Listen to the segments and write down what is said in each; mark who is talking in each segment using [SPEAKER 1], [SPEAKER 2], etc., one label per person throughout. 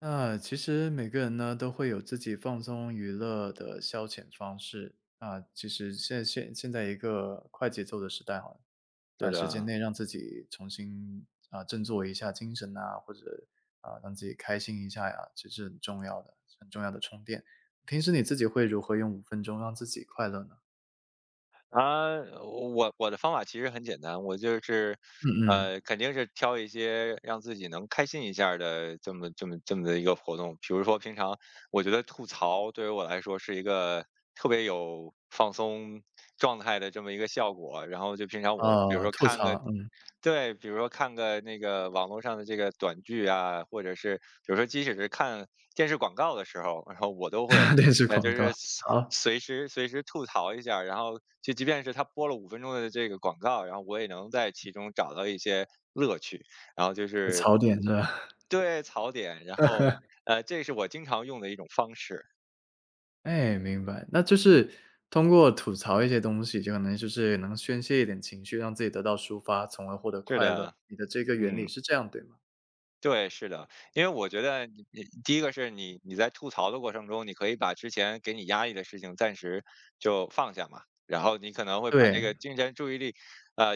[SPEAKER 1] 那其实每个人呢都会有自己放松娱乐的消遣方式啊。其实现在一个快节奏的时代哈，
[SPEAKER 2] 是
[SPEAKER 1] 短时间
[SPEAKER 2] 的。
[SPEAKER 1] 内让自己重新啊振作一下精神呐、或者啊让自己开心一下呀，这是很重要的，是很重要的充电。平时你自己会如何用五分钟让自己快乐呢？
[SPEAKER 2] 啊，我的方法其实很简单，我就是，
[SPEAKER 1] 嗯嗯，
[SPEAKER 2] 肯定是挑一些让自己能开心一下儿的这么的一个活动。比如说平常我觉得吐槽对于我来说是一个特别有放松状态的这么一个效果，然后就平常我比如
[SPEAKER 1] 啊，
[SPEAKER 2] 说
[SPEAKER 1] 吐
[SPEAKER 2] 看个，
[SPEAKER 1] 槽，嗯，
[SPEAKER 2] 对，比如说看个那个网络上的这个短剧啊，或者是比如说即使是看电视广告的时候，然后我都会，
[SPEAKER 1] 电视
[SPEAKER 2] 就
[SPEAKER 1] 广
[SPEAKER 2] 是
[SPEAKER 1] 告，
[SPEAKER 2] 随
[SPEAKER 1] 好，
[SPEAKER 2] 随时随时吐槽一下儿，然后就即便是他播了5分钟的这个广告，然后我也能在其中找到一些乐趣。然后就
[SPEAKER 1] 吐
[SPEAKER 2] 是，
[SPEAKER 1] 槽点是吧？
[SPEAKER 2] 对，槽点。然后，这是我经常用的一种方式。
[SPEAKER 1] 哎，明白。那就是通过吐槽一些东西，就可能就是能宣泄一点情绪，让自己得到抒发，从而获得
[SPEAKER 2] 是
[SPEAKER 1] 快乐。
[SPEAKER 2] 的，
[SPEAKER 1] 你的这个原理
[SPEAKER 2] 嗯。
[SPEAKER 1] 是这样，对吗？
[SPEAKER 2] 对，是的。因为我觉得你第一个是你在吐槽的过程中，你可以把之前给你压抑的事情暂时就放下嘛，然后你可能会把
[SPEAKER 1] 对，
[SPEAKER 2] 这个精神注意力，呃，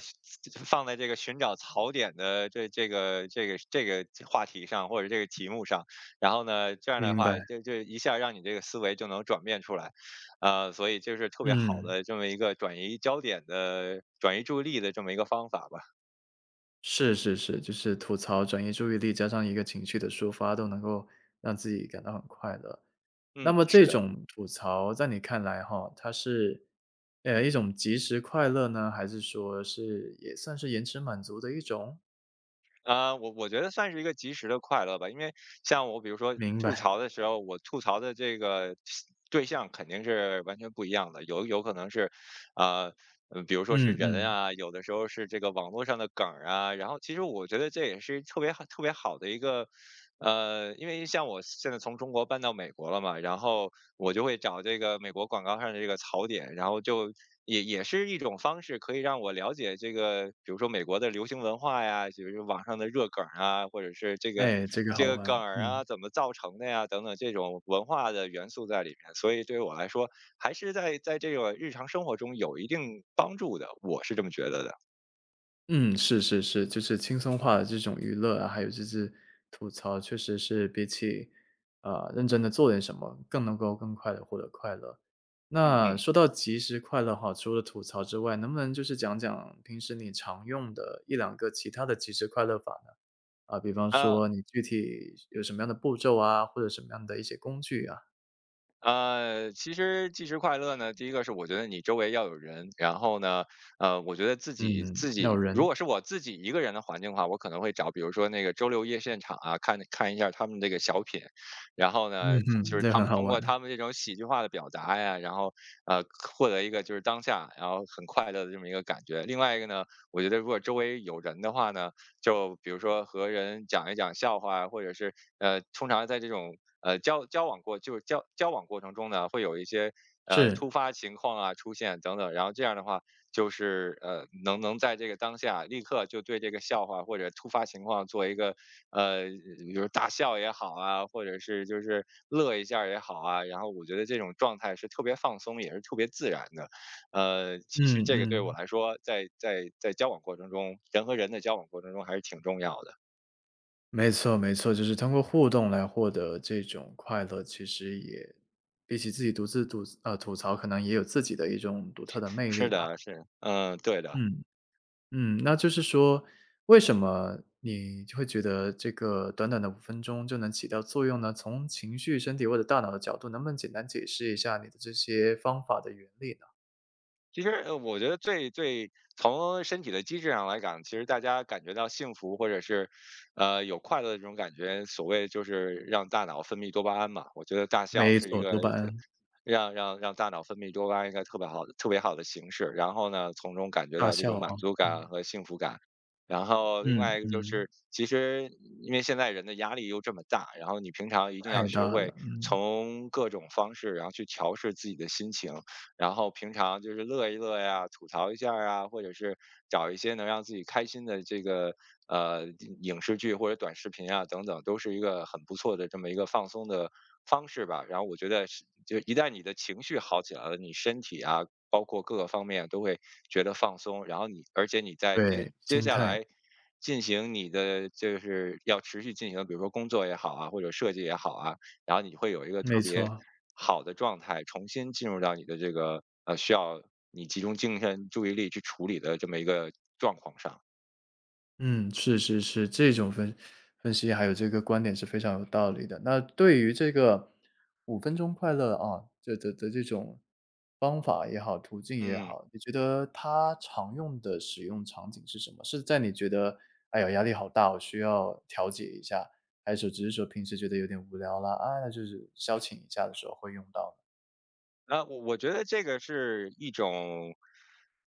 [SPEAKER 2] 放在这个寻找槽点的这个话题上或者这个题目上，然后呢，这样的
[SPEAKER 1] 明
[SPEAKER 2] 话
[SPEAKER 1] 白。
[SPEAKER 2] 就一下让你这个思维就能转变出来。所以就是特别好
[SPEAKER 1] 嗯，
[SPEAKER 2] 的这么一个转移焦点的转移注意力的这么一个方法吧。
[SPEAKER 1] 是是是，就是吐槽、转移注意力，加上一个情绪的抒发，都能够让自己感到很快乐。
[SPEAKER 2] 嗯，
[SPEAKER 1] 那么
[SPEAKER 2] 是
[SPEAKER 1] 这
[SPEAKER 2] 的。
[SPEAKER 1] 种吐槽，在你看来哈，它是一种及时快乐呢，还是说是也算是延迟满足的一种？
[SPEAKER 2] 我觉得算是一个及时的快乐吧。因为像我比如说
[SPEAKER 1] 明
[SPEAKER 2] 吐
[SPEAKER 1] 白。
[SPEAKER 2] 槽的时候，我吐槽的这个对象肯定是完全不一样的，有可能是啊，比如说是
[SPEAKER 1] 嗯
[SPEAKER 2] 人
[SPEAKER 1] 嗯，
[SPEAKER 2] 啊，有的时候是这个网络上的梗儿啊。然后其实我觉得这也是特别好、特别好的一个，因为像我现在从中国搬到美国了嘛，然后我就会找这个美国广告上的这个槽点，然后就也是一种方式，可以让我了解这个，比如说美国的流行文化呀，比如说网上的热梗儿啊，或者是这个
[SPEAKER 1] 哎，这个
[SPEAKER 2] 这
[SPEAKER 1] 好
[SPEAKER 2] 个梗
[SPEAKER 1] 玩，
[SPEAKER 2] 儿
[SPEAKER 1] 嗯。
[SPEAKER 2] 啊怎么造成的呀，等等这种文化的元素在里面。所以对于我来说，还是这个日常生活中有一定帮助的，我是这么觉得的。
[SPEAKER 1] 嗯，是是是，就是轻松化的这种娱乐啊，还有就是吐槽，确实是比起啊认真的做点什么，更能够更快的获得快乐。
[SPEAKER 2] 嗯
[SPEAKER 1] 那说到及时快乐哈，除了吐槽之外，能不能就是讲讲平时你常用的一两个其他的及时快乐法呢？啊，比方
[SPEAKER 2] 嗯。
[SPEAKER 1] 说你具体有什么样的步骤啊，或者什么样的一些工具啊？
[SPEAKER 2] 其实即时快乐呢，第一个是我觉得你周围要有人。然后呢，我觉得自己
[SPEAKER 1] 嗯，
[SPEAKER 2] 自
[SPEAKER 1] 要有
[SPEAKER 2] 己如
[SPEAKER 1] 人，
[SPEAKER 2] 果是我自己一个人的环境的话，我可能会找比如说那个周六夜现场啊，看看一下他们这个小品，然后
[SPEAKER 1] 嗯
[SPEAKER 2] 呢，就
[SPEAKER 1] 哼，
[SPEAKER 2] 是
[SPEAKER 1] 这
[SPEAKER 2] 他
[SPEAKER 1] 很
[SPEAKER 2] 们
[SPEAKER 1] 好
[SPEAKER 2] 通
[SPEAKER 1] 玩
[SPEAKER 2] 过
[SPEAKER 1] 啊，
[SPEAKER 2] 他们这种喜剧化的表达呀，然后呃获得一个就是当下，然后很快乐的这么一个感觉。另外一个呢，我觉得如果周围有人的话呢，就比如说和人讲一讲笑话啊，或者是通常在这种交往过程中呢，会有一些
[SPEAKER 1] 是，
[SPEAKER 2] 突发情况啊出现等等，然后这样的话就是能在这个当下立刻就对这个笑话或者突发情况做一个，呃，比如大笑也好啊，或者是就是乐一下儿也好啊，然后我觉得这种状态是特别放松，也是特别自然的。其实
[SPEAKER 1] 嗯
[SPEAKER 2] 这个对我
[SPEAKER 1] 嗯。
[SPEAKER 2] 来说，在交往过程中，人和人的交往过程中还是挺重要的。
[SPEAKER 1] 没错没错，就是通过互动来获得这种快乐，其实也比起自己独自吐槽，可能也有自己的一种独特的魅力
[SPEAKER 2] 是
[SPEAKER 1] 吧。
[SPEAKER 2] 的，是，嗯，对的。
[SPEAKER 1] 嗯，嗯，那就是说，为什么你就会觉得这个短短的五分钟就能起到作用呢？从情绪、身体或者大脑的角度，能不能简单解释一下你的这些方法的原理呢？
[SPEAKER 2] 其实，我觉得最从身体的机制上来讲，其实大家感觉到幸福或者是，有快乐的这种感觉，所谓就是让大脑分泌多巴胺嘛。我觉得大笑
[SPEAKER 1] 没
[SPEAKER 2] 是一
[SPEAKER 1] 错，
[SPEAKER 2] 个
[SPEAKER 1] 多巴胺，
[SPEAKER 2] 让大脑分泌多巴胺一个特别好的形式，然后呢，从中感觉
[SPEAKER 1] 大
[SPEAKER 2] 到这
[SPEAKER 1] 笑
[SPEAKER 2] 种满
[SPEAKER 1] 啊，
[SPEAKER 2] 足感
[SPEAKER 1] 嗯，
[SPEAKER 2] 和幸福感。然后另
[SPEAKER 1] 嗯
[SPEAKER 2] 外一个就
[SPEAKER 1] 嗯，
[SPEAKER 2] 是，其实因为现在人的压力又这么大，然后你平常一定要
[SPEAKER 1] 太
[SPEAKER 2] 学
[SPEAKER 1] 大了，
[SPEAKER 2] 会
[SPEAKER 1] 嗯，
[SPEAKER 2] 从各种方式，然后去调试自己的心情。然后平常就是乐一乐呀，吐槽一下儿啊，或者是找一些能让自己开心的这个呃影视剧或者短视频啊等等，都是一个很不错的这么一个放松的方式吧。然后我觉得是，就一旦你的情绪好起来了，你身体啊，包括各个方面都会觉得放松。然后你，而且你在接
[SPEAKER 1] 对，
[SPEAKER 2] 接
[SPEAKER 1] 心
[SPEAKER 2] 下
[SPEAKER 1] 态，
[SPEAKER 2] 来进行你的就是要持续进行，比如说工作也好啊，或者设计也好啊，然后你会有一个
[SPEAKER 1] 没
[SPEAKER 2] 特别
[SPEAKER 1] 错。
[SPEAKER 2] 好的状态，重新进入到你的这个，需要你集中精神注意力去处理的这么一个状况上。
[SPEAKER 1] 嗯，是是是，这种分析还有这个观点是非常有道理的。那对于这个五分钟快乐啊，这的这种方法也好，途径也
[SPEAKER 2] 嗯。
[SPEAKER 1] 好，你觉得它常用的使用场景是什么？是在你觉得，哎呀，压力好大，我需要调节一下，还是只是说平时觉得有点无聊啦，啊，那就是消遣一下的时候会用到呢
[SPEAKER 2] 那我觉得这个是一种，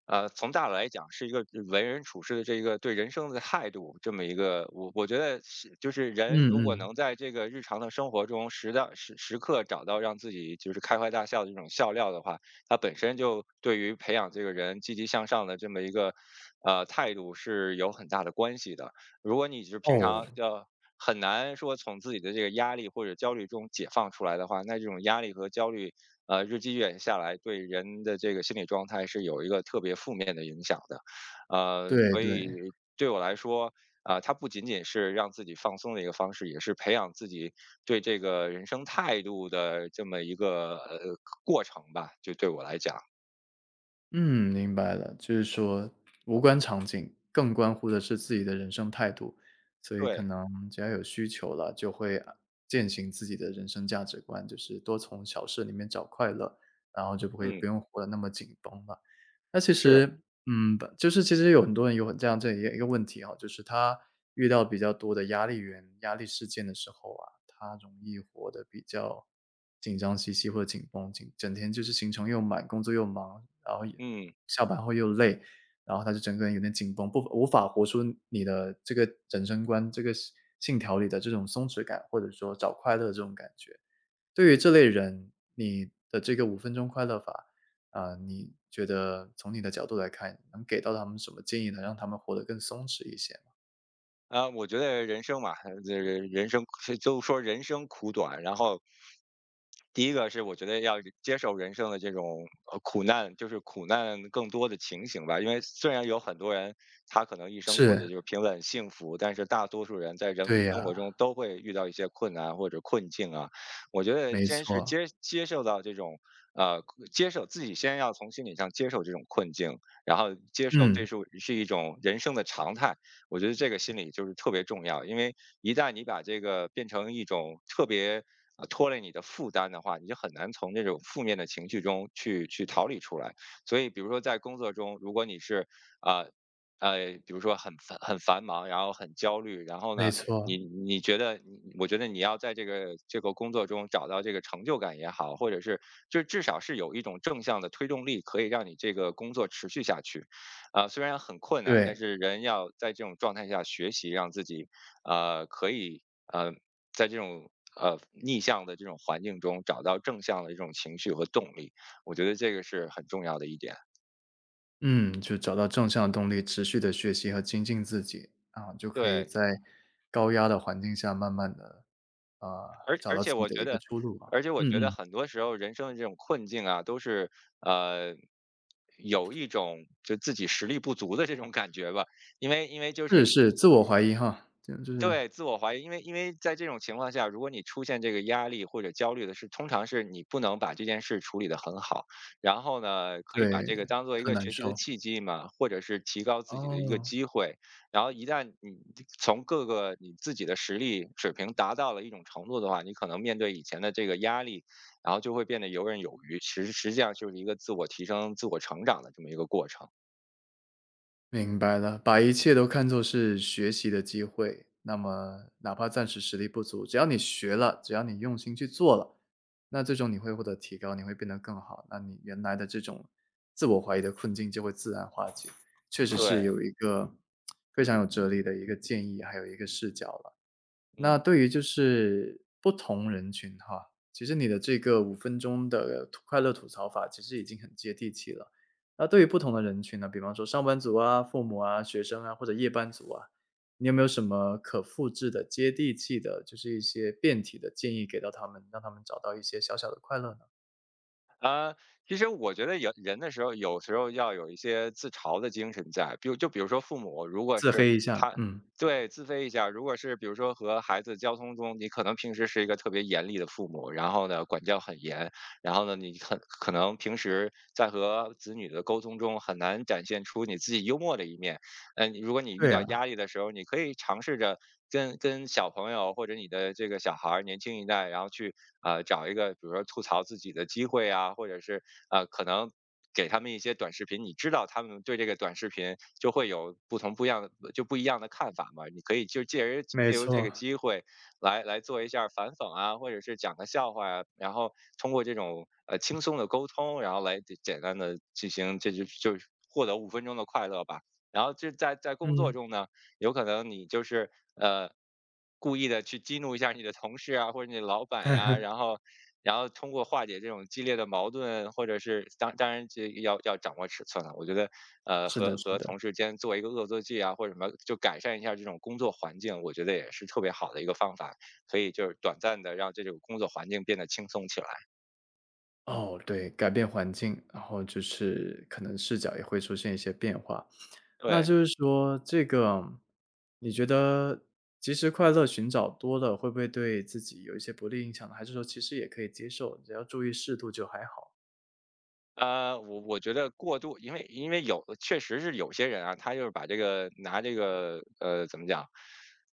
[SPEAKER 2] 从大的来讲是一个为人处事的这一个对人生的态度，这么一个，我觉得是就是
[SPEAKER 1] 嗯
[SPEAKER 2] 人如果
[SPEAKER 1] 嗯，
[SPEAKER 2] 能在这个日常的生活中时的时时刻找到让自己就是开怀大笑的这种笑料的话，它本身就对于培养这个人积极向上的这么一个态度是有很大的关系的。如果你就是平
[SPEAKER 1] 哦，
[SPEAKER 2] 常要很难说从自己的这个压力或者焦虑中解放出来的话，那这种压力和焦虑日积月累下来，对人的这个心理状态是有一个特别负面的影响的。
[SPEAKER 1] 对
[SPEAKER 2] 所
[SPEAKER 1] 对。
[SPEAKER 2] 以对我来说，啊，它不仅仅是让自己放松的一个方式，也是培养自己对这个人生态度的这么一个过程吧。就对我来讲，
[SPEAKER 1] 嗯，明白了，就是说无关场景，更关乎的是自己的人生态度，所以可
[SPEAKER 2] 对，
[SPEAKER 1] 能只要有需求了，就会啊践行自己的人生价值观，就是多从小事里面找快乐，然后就不会不
[SPEAKER 2] 嗯，
[SPEAKER 1] 用活得那么紧绷了。那其
[SPEAKER 2] 是，
[SPEAKER 1] 实嗯，本就是其实有很多人有很这样一个问题啊，就是他遇到比较多的压力源、压力事件的时候啊，他容易活得比较紧张兮兮或者紧绷紧，整天就是行程又满，工作又忙，然后也
[SPEAKER 2] 嗯。
[SPEAKER 1] 下班后又累，然后他就整个人有点紧绷，不无法活出你的这个人生观、这个信条里的这种松弛感，或者说找快乐这种感觉。对于这类人，你的这个五分钟快乐法，啊，你觉得从你的角度来看，能给到他们什么建议呢？让他们活得更松弛一些吗？
[SPEAKER 2] 啊，我觉得人生嘛，这人人生都说人生苦短。然后第一个是我觉得要接受人生的这种苦难，就是苦难更多的情形吧。因为虽然有很多人他可能一生过
[SPEAKER 1] 是，
[SPEAKER 2] 得就是平稳幸福，但是大多数人在人
[SPEAKER 1] 对
[SPEAKER 2] 生
[SPEAKER 1] 呀，
[SPEAKER 2] 活中都会遇到一些困难或者困境啊。我觉得
[SPEAKER 1] 没
[SPEAKER 2] 先是
[SPEAKER 1] 错，
[SPEAKER 2] 接受到这种，呃接受自己，先要从心理上接受这种困境，然后接受
[SPEAKER 1] 嗯，
[SPEAKER 2] 这是一种人生的常态。我觉得这个心理就是特别重要，因为一旦你把这个变成一种特别拖累你的负担的话，你就很难从这种负面的情绪中去逃离出来。所以，比如说在工作中，如果你是，啊比如说很繁忙，然后很焦虑，然后
[SPEAKER 1] 没
[SPEAKER 2] 呢，
[SPEAKER 1] 错，
[SPEAKER 2] 你觉得我觉得你要在这个工作中找到这个成就感也好，或者是就至少是有一种正向的推动力，可以让你这个工作持续下去。虽然很困难，但
[SPEAKER 1] 对，
[SPEAKER 2] 是人要在这种状态下学习，让自己可以在这种逆向的这种环境中找到正向的这种情绪和动力，我觉得这个是很重要的一点。
[SPEAKER 1] 嗯，就找到正向动力，持续的学习和精进自己，啊，就可以
[SPEAKER 2] 对，
[SPEAKER 1] 在高压的环境下慢慢的啊，找到自
[SPEAKER 2] 且
[SPEAKER 1] 己
[SPEAKER 2] 我
[SPEAKER 1] 的
[SPEAKER 2] 觉
[SPEAKER 1] 一个
[SPEAKER 2] 得，
[SPEAKER 1] 出路啊。嗯嗯，
[SPEAKER 2] 很多时候人生的这种困境啊，都是呃有一种就自己实力不足的这种感觉吧。因为就
[SPEAKER 1] 是
[SPEAKER 2] 是，
[SPEAKER 1] 是，自我怀疑哈，这就是
[SPEAKER 2] 对，自我怀疑。因为在这种情况下，如果你出现这个压力或者焦虑的是，通常是你不能把这件事处理得很好。然后呢，可
[SPEAKER 1] 对，
[SPEAKER 2] 以把这个当做一
[SPEAKER 1] 特
[SPEAKER 2] 个
[SPEAKER 1] 难
[SPEAKER 2] 学习的
[SPEAKER 1] 受，
[SPEAKER 2] 契机嘛，或者是提高自己的一个
[SPEAKER 1] 哦。
[SPEAKER 2] 机会。然后一旦你从各个你自己的实力水平达到了一种程度的话，你可能面对以前的这个压力，然后就会变得游刃有余。其实实际上就是一个自我提升、自我成长的这么一个过程。
[SPEAKER 1] 明白了，把一切都看作是学习的机会。那么，哪怕暂时实力不足，只要你学了，只要你用心去做了，那最终你会获得提高，你会变得更好。那你原来的这种自我怀疑的困境就会自然化解。确实是
[SPEAKER 2] 对，
[SPEAKER 1] 有一个非常有哲理的一个建议，还有一个视角了。那
[SPEAKER 2] 嗯。
[SPEAKER 1] 对于就是不同人群哈，其实你的这个五分钟的吐快乐吐槽法其实已经很接地气了。那对于不同的人群呢，比方说上班族啊、父母啊、学生啊或者夜班族啊，你有没有什么可复制的、接地气的，就是一些变体的建议给到他们，让他们找到一些小小的快乐呢？
[SPEAKER 2] 呃，其实我觉得有人的时候，有时候要有一些自嘲的精神在。比如说父母，如果
[SPEAKER 1] 自
[SPEAKER 2] 是
[SPEAKER 1] 黑一下，
[SPEAKER 2] 他
[SPEAKER 1] 嗯，
[SPEAKER 2] 对，自卑一下。如果是比如说和孩子交通中，你可能平时是一个特别严厉的父母，然后呢，管教很严，然后呢，你很可能平时在和子女的沟通中，很难展现出你自己幽默的一面。嗯，如果你遇
[SPEAKER 1] 对
[SPEAKER 2] 到
[SPEAKER 1] 呀，
[SPEAKER 2] 压力的时候，你可以尝试着跟小朋友或者你的这个小孩儿年轻一代，然后去找一个，比如说吐槽自己的机会啊，或者是可能给他们一些短视频，你知道他们对这个短视频就会有不一样的看法嘛，你可以就借由借
[SPEAKER 1] 没
[SPEAKER 2] 由这
[SPEAKER 1] 错，
[SPEAKER 2] 个机会来做一下儿反讽啊，或者是讲个笑话呀，然后通过这种轻松的沟通，然后来简单的进行这就是获得五分钟的快乐吧。然后就在工作
[SPEAKER 1] 嗯，
[SPEAKER 2] 中呢，有可能你就是呃故意的去激怒一下你的同事啊，或者你的老板呀、然后然后通过化解这种激烈的矛盾，或者是当然这要掌握尺寸了。我觉得
[SPEAKER 1] 是的，
[SPEAKER 2] 和
[SPEAKER 1] 是
[SPEAKER 2] 和
[SPEAKER 1] 的。
[SPEAKER 2] 同事间做一个恶作剧啊，或者什么，就改善一下这种工作环境，我觉得也是特别好的一个方法，可以就是短暂的让这种工作环境变得轻松起来。
[SPEAKER 1] 哦，对，改变环境，然后就是可能视角也会出现一些变化。那
[SPEAKER 2] 对，
[SPEAKER 1] 就是说，这个你觉得及时快乐寻找多了，会不会对自己有一些不利影响呢？还是说其实也可以接受，只要注意适度就还好？
[SPEAKER 2] 呃，我觉得过度，因为有确实是有些人啊，他就是把这个拿这个怎么讲，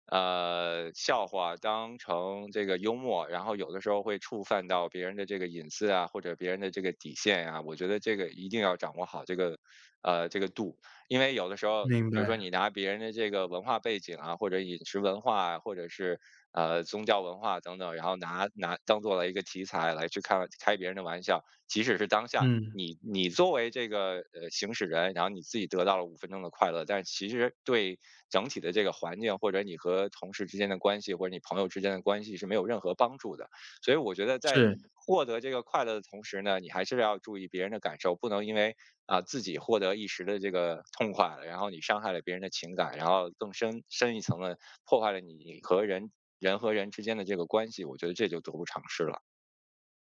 [SPEAKER 2] 呃笑话当成这个幽默，然后有的时候会触犯到别人的这个隐私啊，或者别人的这个底线啊。我觉得这个一定要掌握好这个这个度，因为有的时候，
[SPEAKER 1] 明
[SPEAKER 2] 比如说
[SPEAKER 1] 白，
[SPEAKER 2] 你拿别人的这个文化背景啊，或者饮食文化啊，或者是宗教文化等等，然后拿当做了一个题材来去开开别人的玩笑，即使是当下
[SPEAKER 1] 嗯，
[SPEAKER 2] 你作为这个行驶人，然后你自己得到了五分钟的快乐，但其实对整体的这个环境，或者你和同事之间的关系，或者你朋友之间的关系是没有任何帮助的。所以我觉得在
[SPEAKER 1] 是，
[SPEAKER 2] 获得这个快乐的同时呢，你还是要注意别人的感受，不能因为啊、自己获得一时的这个痛快了，然后你伤害了别人的情感，然后更深深一层的破坏了你和人和人之间的这个关系，我觉得这就得不偿失了。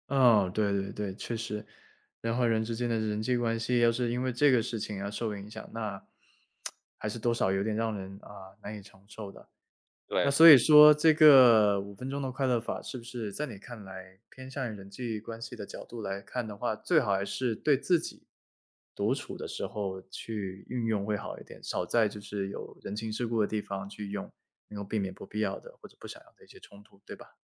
[SPEAKER 1] 哦，对对对，确实，人和人之间的人际关系，要是因为这个事情而受影响，那 还是多少有点让人啊难以承受的。那
[SPEAKER 2] 对，
[SPEAKER 1] 所以说这个五分钟的快乐法是不是在你看来，偏向于人际关系的角度来看的话，最好还是对自己独处的时候去运用会好一点，少在就是有人情世故的地方去用，能够避免不必要的或者不想要的一些冲突，对吧？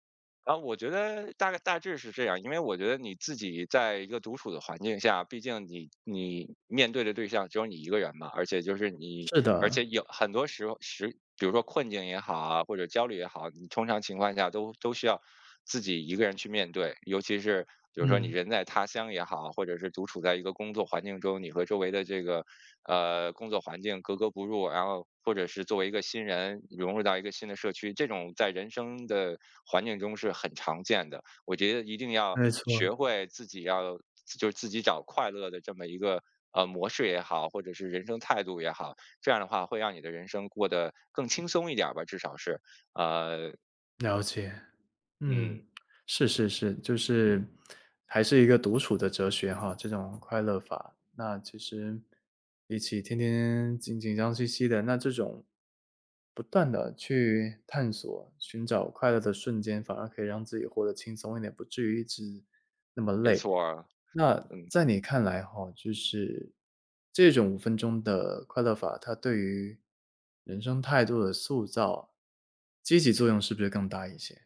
[SPEAKER 2] 啊，我觉得大概大致是这样，因为我觉得你自己在一个独处的环境下，毕竟你面对的对象只有你一个人嘛，而且就是你
[SPEAKER 1] 是
[SPEAKER 2] 而
[SPEAKER 1] 的，
[SPEAKER 2] 且有很多时候时，比如说困境也好啊，或者焦虑也好，你通常情况下都需要自己一个人去面对。尤其是比如说你
[SPEAKER 1] 嗯，
[SPEAKER 2] 人在他乡也好，或者是独处在一个工作环境中，你和周围的这个工作环境格格不入，然后或者是作为一个新人融入到一个新的社区，这种在人生的环境中是很常见的。我觉得一定要
[SPEAKER 1] 没
[SPEAKER 2] 学
[SPEAKER 1] 错，
[SPEAKER 2] 会自己要就是自己找快乐的这么一个模式也好，或者是人生态度也好。这样的话会让你的人生过得更轻松一点儿吧，至少是。呃，
[SPEAKER 1] 了解。嗯，
[SPEAKER 2] 嗯，
[SPEAKER 1] 是是是，就是还是一个独处的哲学哈，这种快乐法。那其实比起天天紧张兮兮的，那这种不断的去探索、寻找快乐的瞬间，反而可以让自己活得轻松一点，不至于一直那么
[SPEAKER 2] 没
[SPEAKER 1] 累。
[SPEAKER 2] 错儿，
[SPEAKER 1] 那
[SPEAKER 2] 嗯。
[SPEAKER 1] 在你看来哈，就是这种五分钟的快乐法，它对于人生态度的塑造，积极作用是不是更大一些？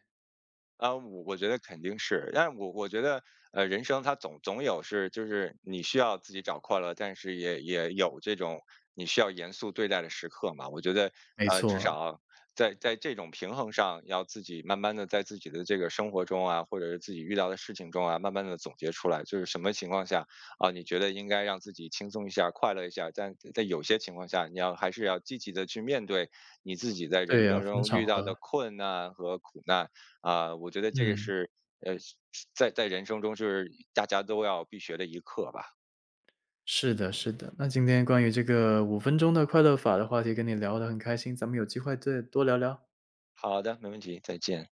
[SPEAKER 2] 啊，我觉得肯定是，但我觉得，呃，人生它总有是，就是你需要自己找快乐，但是也有这种你需要严肃对待的时刻嘛。我觉得，
[SPEAKER 1] 没
[SPEAKER 2] 呃，至
[SPEAKER 1] 错，
[SPEAKER 2] 少在这种平衡上，要自己慢慢的在自己的这个生活中啊，或者是自己遇到的事情中啊，慢慢的总结出来，就是什么情况下啊，你觉得应该让自己轻松一下、快乐一下，但在有些情况下，你要还是要积极的去面对你自己在人
[SPEAKER 1] 对呀，
[SPEAKER 2] 生
[SPEAKER 1] 分
[SPEAKER 2] 中
[SPEAKER 1] 场
[SPEAKER 2] 遇到的
[SPEAKER 1] 合，
[SPEAKER 2] 困难和苦难。啊、我觉得这个
[SPEAKER 1] 嗯，
[SPEAKER 2] 是呃，在在人生中就是大家都要必学的一课吧。
[SPEAKER 1] 是的，是的。那今天关于这个五分钟的快乐法的话题跟你聊得很开心，咱们有机会再多聊聊。
[SPEAKER 2] 好的，没问题，再见。